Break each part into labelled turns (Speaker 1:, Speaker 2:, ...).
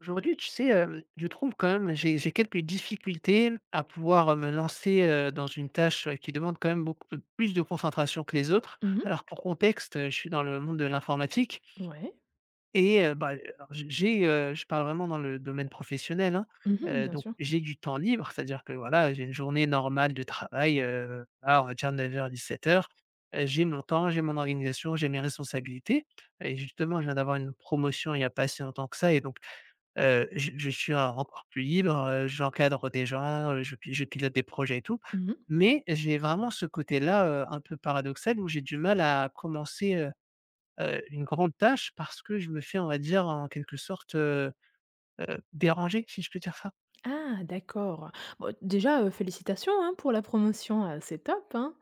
Speaker 1: Aujourd'hui, tu sais, je trouve quand même j'ai quelques difficultés à pouvoir, me lancer, dans une tâche, qui demande quand même beaucoup plus de concentration que les autres.
Speaker 2: Mmh mh.
Speaker 1: Alors pour contexte, je suis dans le monde de l'informatique
Speaker 2: Ouais.
Speaker 1: et bah, alors je parle vraiment dans le domaine professionnel, hein,
Speaker 2: Mmh mh, bien
Speaker 1: donc
Speaker 2: sûr.
Speaker 1: j'ai du temps libre, c'est-à-dire que voilà, j'ai une journée normale de travail, voilà, on va dire 9:00-17:00. J'ai mon temps, j'ai mon organisation, j'ai mes responsabilités et justement, je viens d'avoir une promotion il n'y a pas si longtemps que ça et donc je suis en encore plus libre, j'encadre des gens, je pilote des projets et tout.
Speaker 2: Mmh mh.
Speaker 1: Mais j'ai vraiment ce côté-là, un peu paradoxal où j'ai du mal à commencer, une grande tâche parce que je me fais, on va dire, en quelque sorte, déranger, si je peux dire ça?
Speaker 2: Ah d'accord. Bon déjà, félicitations, hein, pour la promotion, c'est top, hein.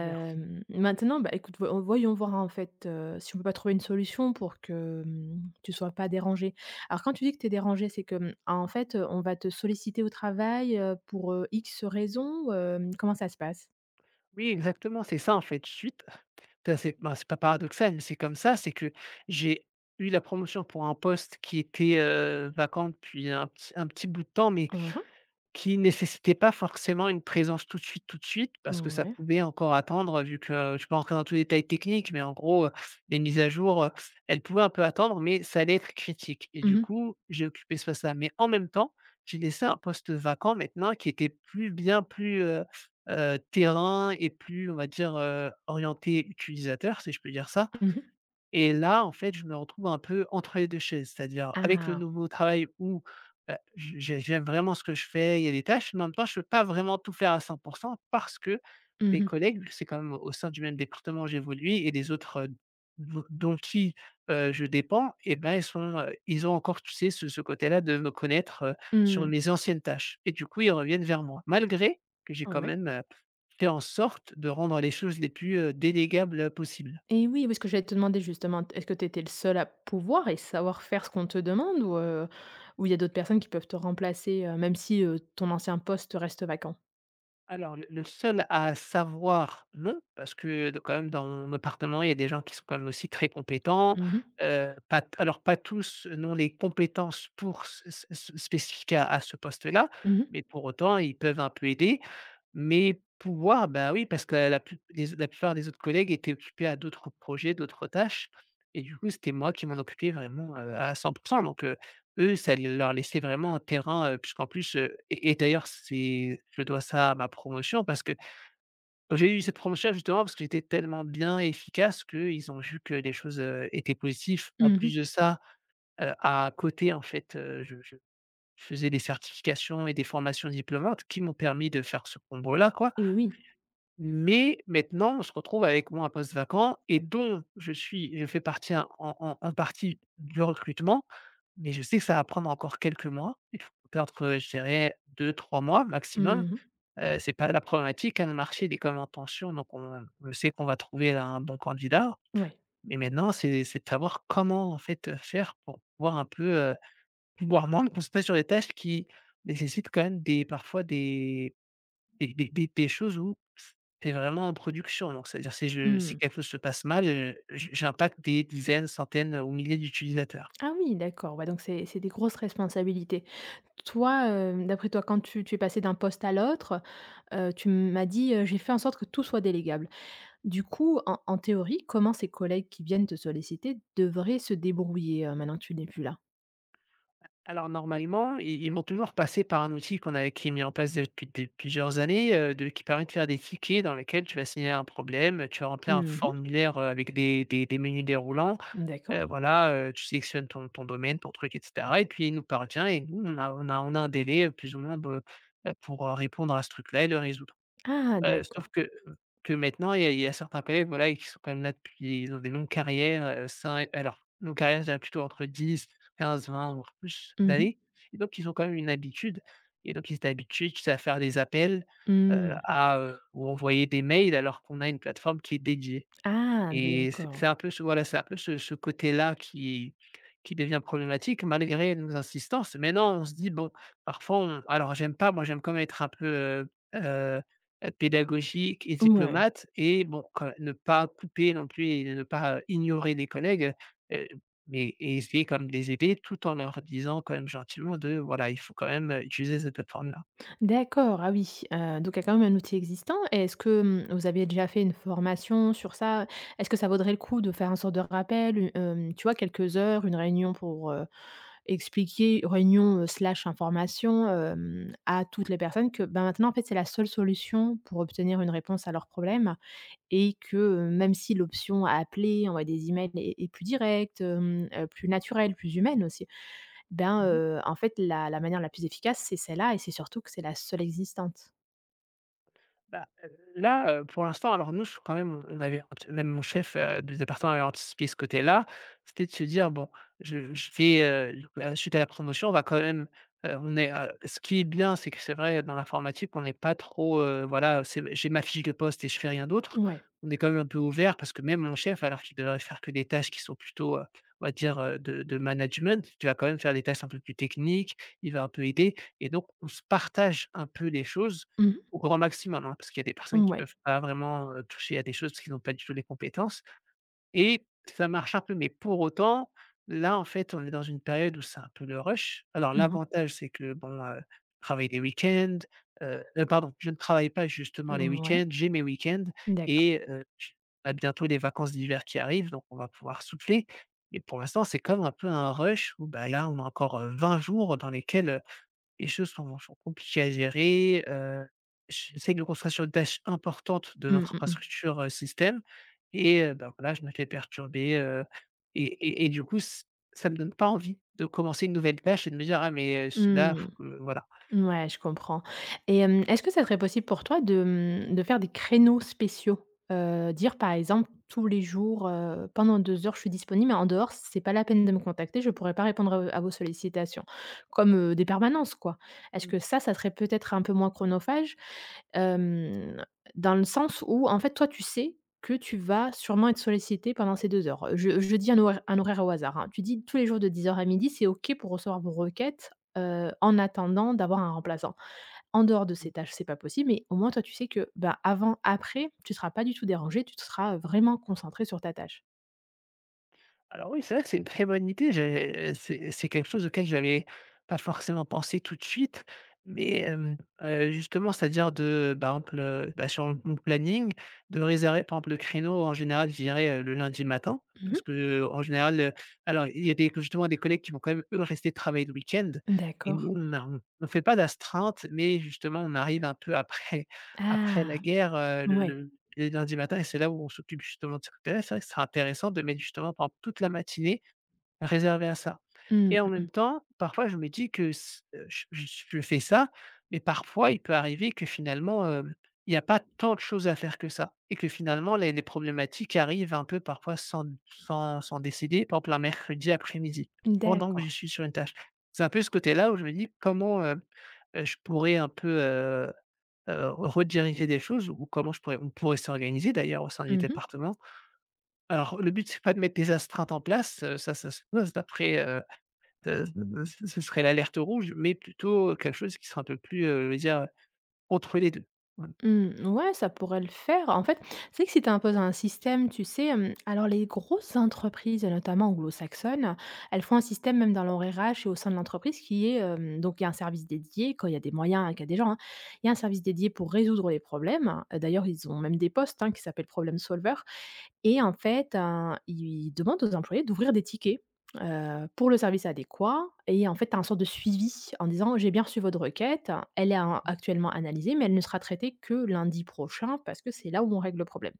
Speaker 1: Merci.
Speaker 2: Maintenant, bah, écoute, voyons voir en fait, si on peut pas trouver une solution pour que, tu sois pas dérangée. Alors quand tu dis que tu es dérangée, c'est que, en fait, on va te solliciter au travail, pour, X raisons ou, comment ça se passe?
Speaker 1: Oui, exactement, c'est ça, en fait. Suite, ça c'est ben, c'est pas paradoxal, mais c'est comme ça, c'est que j'ai eu la promotion pour un poste qui était, vacant depuis un petit bout de temps, mais
Speaker 2: Mmh mh.
Speaker 1: qui nécessitait pas forcément une présence tout de suite, parce que ça
Speaker 2: Ouais.
Speaker 1: pouvait encore attendre vu que je ne peux pas rentrer dans tous les détails techniques, mais en gros, les mises à jour, elles pouvaient un peu attendre, mais ça allait être critique et
Speaker 2: Mmh
Speaker 1: du
Speaker 2: mh.
Speaker 1: coup, j'ai occupé ce poste-là. Mais en même temps, j'ai laissé un poste vacant maintenant qui était plus bien plus, terrain et plus, on va dire, orienté utilisateur, si je peux dire ça.
Speaker 2: Mmh mh.
Speaker 1: Et là, en fait, je me retrouve un peu entre les deux chaises, c'est-à-dire avec le
Speaker 2: Ah.
Speaker 1: nouveau travail où, heu, j'aime vraiment ce que je fais, il y a des tâches, mais en même temps, je ne peux pas vraiment tout faire à 100%, parce que
Speaker 2: Mmh
Speaker 1: mes
Speaker 2: mh.
Speaker 1: collègues, c'est quand même au sein du même département où j'évolue et des autres, dont qui, je dépends et ben, ils sont, ils ont encore, tu sais, ce côté-là de me connaître, sur
Speaker 2: Mmh.
Speaker 1: mes anciennes tâches et du coup, ils reviennent vers moi. Malgré que j'ai quand
Speaker 2: Ouais.
Speaker 1: même, fait en sorte de rendre les choses les plus, délégables possibles ville.
Speaker 2: Et oui, oui, ce que j'allais te demander justement, est-ce que tu étais le seul à pouvoir et savoir faire ce qu'on te demande ou il y a d'autres personnes qui peuvent te remplacer, même si, ton ancien poste reste vacant?
Speaker 1: Alors le seul à savoir, non, parce que de quand même dans mon appartement, il y a des gens qui sont quand même aussi très compétents,
Speaker 2: Mmh mh.
Speaker 1: pas t alors pas tous, n'ont les compétences pour ce spécifiques à ce poste-là,
Speaker 2: Mmh.
Speaker 1: mais pour autant, ils peuvent un peu aider. Mais pouvoir, bah, oui, parce que la plupart des autres collègues étaient occupés à d'autres projets, d'autres tâches et du coup, c'était moi qui m'en occupais vraiment, à 100%, donc heu eux, ça leur laissait vraiment un terrain, puisqu'en plus, d'ailleurs c'est je dois ça à ma promotion parce que j'ai eu cette promotion justement parce que j'étais tellement bien et efficace qu'ils ont vu que les choses, étaient positives. En
Speaker 2: Mmh.
Speaker 1: plus de ça, à côté en fait, je faisais des certifications et des formations diplômantes qui m'ont permis de faire ce combo là quoi.
Speaker 2: Et oui.
Speaker 1: Mais maintenant, on se retrouve avec moi un poste vacant et dont je fais partie en partie du recrutement, mais je sais que ça va prendre encore quelques mois. Il faut perdre, je dirais 2 ou 3 mois maximum.
Speaker 2: Mmh.
Speaker 1: C'est pas la problématique, hein, le marché il est quand même en tension, donc on sait qu'on va trouver là un bon candidat.
Speaker 2: Ouais.
Speaker 1: Mais maintenant, c'est de savoir comment en fait, faire pour pouvoir un peu, pouvoir moins me concentrer sur des tâches qui nécessitent quand même des parfois des des choses où c'est vraiment en production, donc c'est-à-dire si je si
Speaker 2: Mmh.
Speaker 1: quelque chose se passe mal, j'impacte des dizaines, centaines ou milliers d'utilisateurs.
Speaker 2: Ah oui, d'accord, ouais, donc c'est des grosses responsabilités. Toi, hem, d'après toi, quand tu es passé d'un poste à l'autre, tu m'as dit, «J'ai fait en sorte que tout soit délégable». Du coup, en théorie, comment ces collègues qui viennent te solliciter devraient se débrouiller, maintenant que tu n'es plus là?
Speaker 1: Alors normalement, i ils vont toujours passer par un outil qu'on a qui est mis en place depuis des plusieurs années, de qui permet de faire des tickets dans lesquels tu vas signer un problème, tu vas remplir un
Speaker 2: Mmh.
Speaker 1: formulaire, avec des menus déroulants.
Speaker 2: D'accord.
Speaker 1: Voilà, tu sélectionnes ton domaine, ton truc et cetera et puis il nous parvient et nous on a un délai, plus ou moins de, pour, répondre à ce truc-là et le résoudre.
Speaker 2: Ah
Speaker 1: Sauf
Speaker 2: d'accord.
Speaker 1: que maintenant, il y a certains collègues, voilà, qui sont quand même là depuis ils ont des longues carrières, heu, 5 alors longue carrière, je dirais plutôt entre 10-15-20, voire plus
Speaker 2: Mmh mh.
Speaker 1: d'années et donc ils ont quand même une habitude et donc ils étaient habitués, tu sais, à faire des appels,
Speaker 2: Mmh.
Speaker 1: ou envoyer des mails alors qu'on a une plateforme qui est dédiée.
Speaker 2: Ah
Speaker 1: Et c'est
Speaker 2: d'accord.
Speaker 1: c'est un peu ce voilà, c'est un peu ce côté-là qui devient problématique malgré nos insistances. Maintenant, on se dit: «Bon», parfois on alors j'aime pas, moi j'aime quand même être un peu, heu pédagogique et
Speaker 2: Ouais.
Speaker 1: diplomate et bon, quand ne pas couper non plus et ne pas ignorer les collègues, heu mais et essayer comme même de les aider tout en leur disant quand même gentiment de voilà, il faut quand même, utiliser cette plateforme-là.
Speaker 2: D'accord, ah oui, donc il y a quand même un outil existant et est-ce que, vous aviez déjà fait une formation sur ça? Est-ce que ça vaudrait le coup de faire un sorte de rappel, tu vois, quelques heures, une réunion pour, expliquer réunion, slash information, à toutes les personnes que, ben, maintenant, en fait, c'est la seule solution pour obtenir une réponse à leurs problèmes? Et que, même si l'option à appeler, envoyer des emails est plus directe, plus naturelle, plus humaine aussi, ben,
Speaker 1: Mmh.
Speaker 2: en fait, la manière la plus efficace, c'est celle-là et c'est surtout que c'est la seule existante.
Speaker 1: Bah, là, pour l'instant, alors nous, je quand même, on avait même mon chef, du département avait anticipé ce côté-là. C'était de se dire: «Bon, je vais, la suite à la promotion, on va quand même, on est, ce qui est bien, c'est que c'est vrai dans l'informatique, on n'est pas trop, voilà, c'est j'ai ma fiche de poste et je fais rien d'autre.
Speaker 2: Ouais.
Speaker 1: On est quand même un peu ouvert parce que même mon chef, alors qu'il devrait faire que des tâches qui sont plutôt, on va dire, de management, tu vas quand même faire des tâches un peu plus techniques, il va un peu aider et donc on se partage un peu les choses
Speaker 2: Mmh.
Speaker 1: au grand maximum, hein, parce qu'il y a des personnes qui
Speaker 2: Ouais.
Speaker 1: peuvent pas vraiment, toucher à des choses parce qu'ils n'ont pas du tout les compétences et ça marche un peu, mais pour autant, là, en fait, on est dans une période où c'est un peu le rush. Alors
Speaker 2: Mmh.
Speaker 1: l'avantage, c'est que bon, je travaille les week-ends, pardon, je ne travaille pas justement les
Speaker 2: Ouais.
Speaker 1: week-ends, j'ai mes week-ends
Speaker 2: D'accord.
Speaker 1: et j on a bientôt les vacances d'hiver qui arrivent, donc on va pouvoir souffler et pour l'instant, c'est comme un peu un rush où, bah, là, on a encore, 20 jours dans lesquels, les choses sont compliquées à gérer, j'essaie de me concentrer sur une tâche importante de
Speaker 2: Mmh,
Speaker 1: notre
Speaker 2: mmh mh.
Speaker 1: infrastructure, système et ben, voilà, je me fais perturber, et du coup, ç ça me donne pas envie de commencer une nouvelle tâche et de me dire: «Ah mais, là,
Speaker 2: Mmh.
Speaker 1: faut que» voilà.
Speaker 2: Ouais, je comprends et est-ce que ça serait possible pour toi de, mmh, de faire des créneaux spéciaux? Dire par exemple tous les jours, «Pendant 2 heures, je suis disponible, mais en dehors, c'est pas la peine de me contacter, je pourrais pas répondre à vos sollicitations». Comme, des permanences quoi. Est-ce que ça serait peut-être un peu moins chronophage? Hem, Dans le sens où en fait, toi, tu sais que tu vas sûrement être sollicité pendant ces 2 heures. Je dis un horaire au hasard, hein. Tu dis tous les jours de dix heures à midi c'est OK pour recevoir vos requêtes, en attendant d'avoir un remplaçant. En dehors de ces tâches, c'est pas possible, mais au moins toi, tu sais que, ben avant, après, tu seras pas du tout dérangé. Tu seras vraiment concentré sur ta tâche.
Speaker 1: Alors oui, c'est vrai que c'est une très bonne idée. J'ai C'est quelque chose auquel je n'avais pas forcément pensé tout de suite, mais, justement, c'est-à-dire de, par exemple, bah, sur mon planning, de réserver, par exemple, le créneau, en général, je dirais, le lundi matin
Speaker 2: Mmh.
Speaker 1: parce que en général, alors il y a des justement des collègues qui vont quand même, eux, rester travailler le week-end et
Speaker 2: D'accord.
Speaker 1: nous, on ne fait pas d'astreinte mais justement, on arrive un peu après après la
Speaker 2: Ah!
Speaker 1: guerre,
Speaker 2: Ouais.
Speaker 1: le les lundis matin, et c'est là où on s'occupe justement de ce côté-là. C'est vrai que ce sera intéressant de mettre justement, par exemple, toute la matinée réservée à ça
Speaker 2: Mmh,
Speaker 1: et en
Speaker 2: mmh
Speaker 1: même
Speaker 2: mh.
Speaker 1: temps, parfois, je me dis que s je fais ça, mais parfois, il peut arriver que finalement, il y a pas tant de choses à faire que ça et que finalement les problématiques arrivent un peu parfois sans décider, par exemple un mercredi après-midi, pendant que je
Speaker 2: D'accord.
Speaker 1: suis sur une tâche. C'est un peu ce côté-là où je me dis: «Comment, je pourrais un peu, rediriger des choses ou comment je pourrais on pourrait s'organiser d'ailleurs au sein du
Speaker 2: Mmh.
Speaker 1: département. Alors le but, c'est pas de mettre des astreintes en place, ça ça se pose d'après, heu, ce serait l'alerte rouge, mais plutôt quelque chose qui sera un peu plus, je veux dire, entre les deux. Voilà.
Speaker 2: Mmh, ouais, ça pourrait le faire. En fait, c'est que si tu imposes un système, tu sais, alors les grosses entreprises, notamment anglo-saxonnes, elles font un système même dans leur RH et au sein de l'entreprise qui est, donc il y a un service dédié quand il y a des moyens, hein, qu'il y a des gens, hein. Il y a un service dédié pour résoudre les problèmes. D'ailleurs, ils ont même des postes, hein, qui s'appellent problem solver. Et en fait, ils demandent aux employés d'ouvrir des tickets, pour le service adéquat et en fait, tu as un sorte de suivi en disant: «J'ai bien reçu votre requête, elle est a actuellement analysée, mais elle ne sera traitée que lundi prochain parce que c'est là où on règle le problème»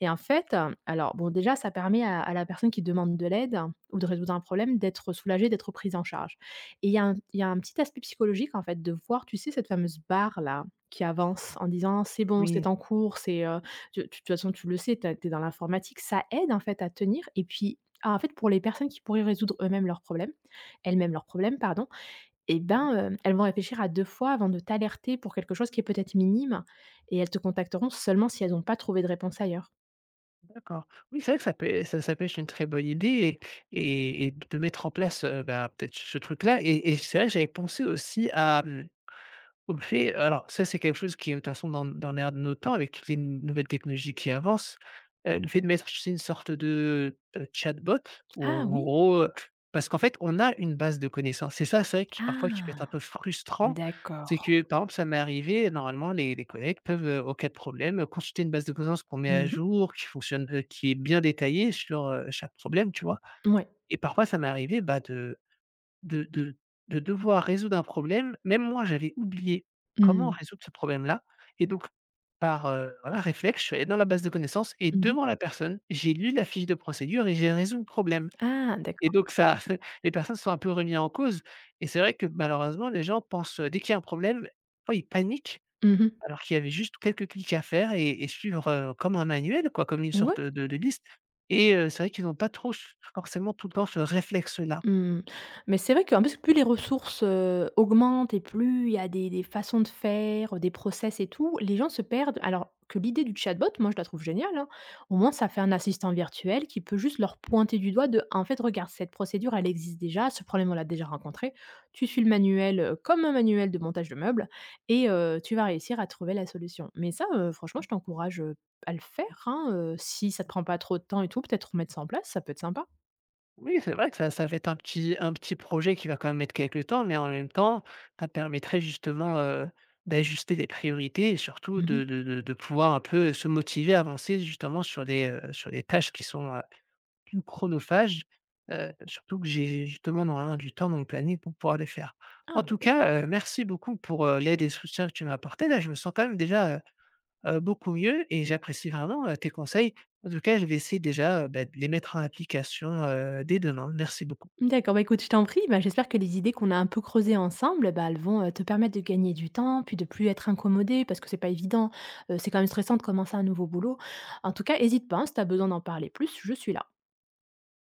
Speaker 2: et en fait, alors bon déjà ça permet à la personne qui demande de l'aide ou de résoudre un problème d'être soulagée, d'être prise en charge et il y a un petit aspect psychologique en fait de voir, tu sais, cette fameuse barre là qui avance en disant: «C'est bon, c'est
Speaker 1: Oui,
Speaker 2: en cours, c'est, tu de toute façon, tu le sais, tu es dans l'informatique, ça aide en fait à tenir et puis ah, en fait, pour les personnes qui pourraient résoudre eux-mêmes leurs problèmes elles-mêmes leurs problèmes, pardon, et
Speaker 1: mmh,
Speaker 2: ben, elles vont réfléchir à 2 fois avant de t'alerter pour quelque chose qui est peut-être minime et elles te contacteront seulement si elles n'ont pas trouvé de réponse ailleurs.
Speaker 1: d'accord. Oui, c'est vrai que ça peut être une très bonne idée et et de mettre en place, bah, peut-être ce truc-là et c'est vrai que j'avais pensé aussi à, mmh. OK, alors ça, c'est quelque chose qui est de toute façon dans l'air de nos temps avec toutes les nouvelles technologies qui avancent. Le fait de mettre, c'est une sorte de, chatbot ou en
Speaker 2: Ah
Speaker 1: en
Speaker 2: oui!
Speaker 1: gros, parce qu'en fait, on a une base de connaissances. C'est ça, c'est vrai qui parfois qui peut être un
Speaker 2: Ah!
Speaker 1: peu frustrant,
Speaker 2: D'accord.
Speaker 1: c'est que, par exemple, ça m'est arrivé, normalement les collègues peuvent, en cas de problème, consulter une base de connaissances qu'on met à
Speaker 2: Mmh.
Speaker 1: jour, qui fonctionne, qui est bien détaillée sur, chaque problème, tu vois?
Speaker 2: Ouais.
Speaker 1: Et parfois ça m'est arrivé, bah, de de de devoir résoudre un problème, même moi j'avais oublié comment
Speaker 2: Mmh.
Speaker 1: résoudre ce problème-là et donc par, voilà réflexe, je suis allé dans la base de connaissances et
Speaker 2: Mmh.
Speaker 1: devant la personne, j'ai lu la fiche de procédure et j'ai résolu le problème
Speaker 2: Ah
Speaker 1: et
Speaker 2: d'accord.
Speaker 1: donc ça les personnes sont un peu remises en cause et c'est vrai que malheureusement les gens pensent, dès qu'il y a un problème, oh ils paniquent
Speaker 2: Mmh.
Speaker 1: alors qu'il y avait juste quelques clics à faire et suivre, comme un manuel quoi, comme une
Speaker 2: Ouais.
Speaker 1: sorte, de liste et c'est vrai qu'ils n'ont pas trop s forcément tout le temps ce réflexe-là.
Speaker 2: Mmh. Mais c'est vrai qu'en plus, plus les ressources, augmentent et plus il y a des façons de faire, des process et tout, les gens se perdent. Alors que l'idée du chatbot, moi, je la trouve géniale, hein. Au moins, ça fait un assistant virtuel qui peut juste leur pointer du doigt de: «En fait, regarde, cette procédure, elle existe déjà, ce problème, on l'a déjà rencontré. Tu suis le manuel, comme un manuel de montage de meubles et tu vas réussir à trouver la solution». Mais ça, franchement, je t'encourage, à le faire, hein, si ça te prend pas trop de temps et tout, peut-être remettre ça en place, ça peut être sympa.
Speaker 1: Oui, c'est vrai que ça va être un petit projet qui va quand même mettre quelques temps, mais en même temps, ça permettrait justement, d'ajuster les priorités et surtout
Speaker 2: Mmh.
Speaker 1: de de pouvoir un peu se motiver à avancer justement sur des tâches qui sont, plus chronophages, surtout que j'ai justement normalement du temps dans le planning pour pouvoir les faire. En
Speaker 2: Ah!
Speaker 1: tout cas, merci beaucoup pour, l'aide et le soutien que tu m'as apporté. Là, je me sens quand même déjà, beaucoup mieux et j'apprécie vraiment, tes conseils. En tout cas, je vais essayer déjà, bah, de les mettre en application, dès demain. Merci beaucoup.
Speaker 2: D'accord, bah, écoute, je t'en prie, bah, j'espère que les idées qu'on a un peu creusées ensemble, bah, elles vont, te permettre de gagner du temps, puis de plus être incommodé, parce que c'est pas évident, c'est quand même stressant de commencer un nouveau boulot. En tout cas, hésite pas, hein, si tu as besoin d'en parler plus, je suis là.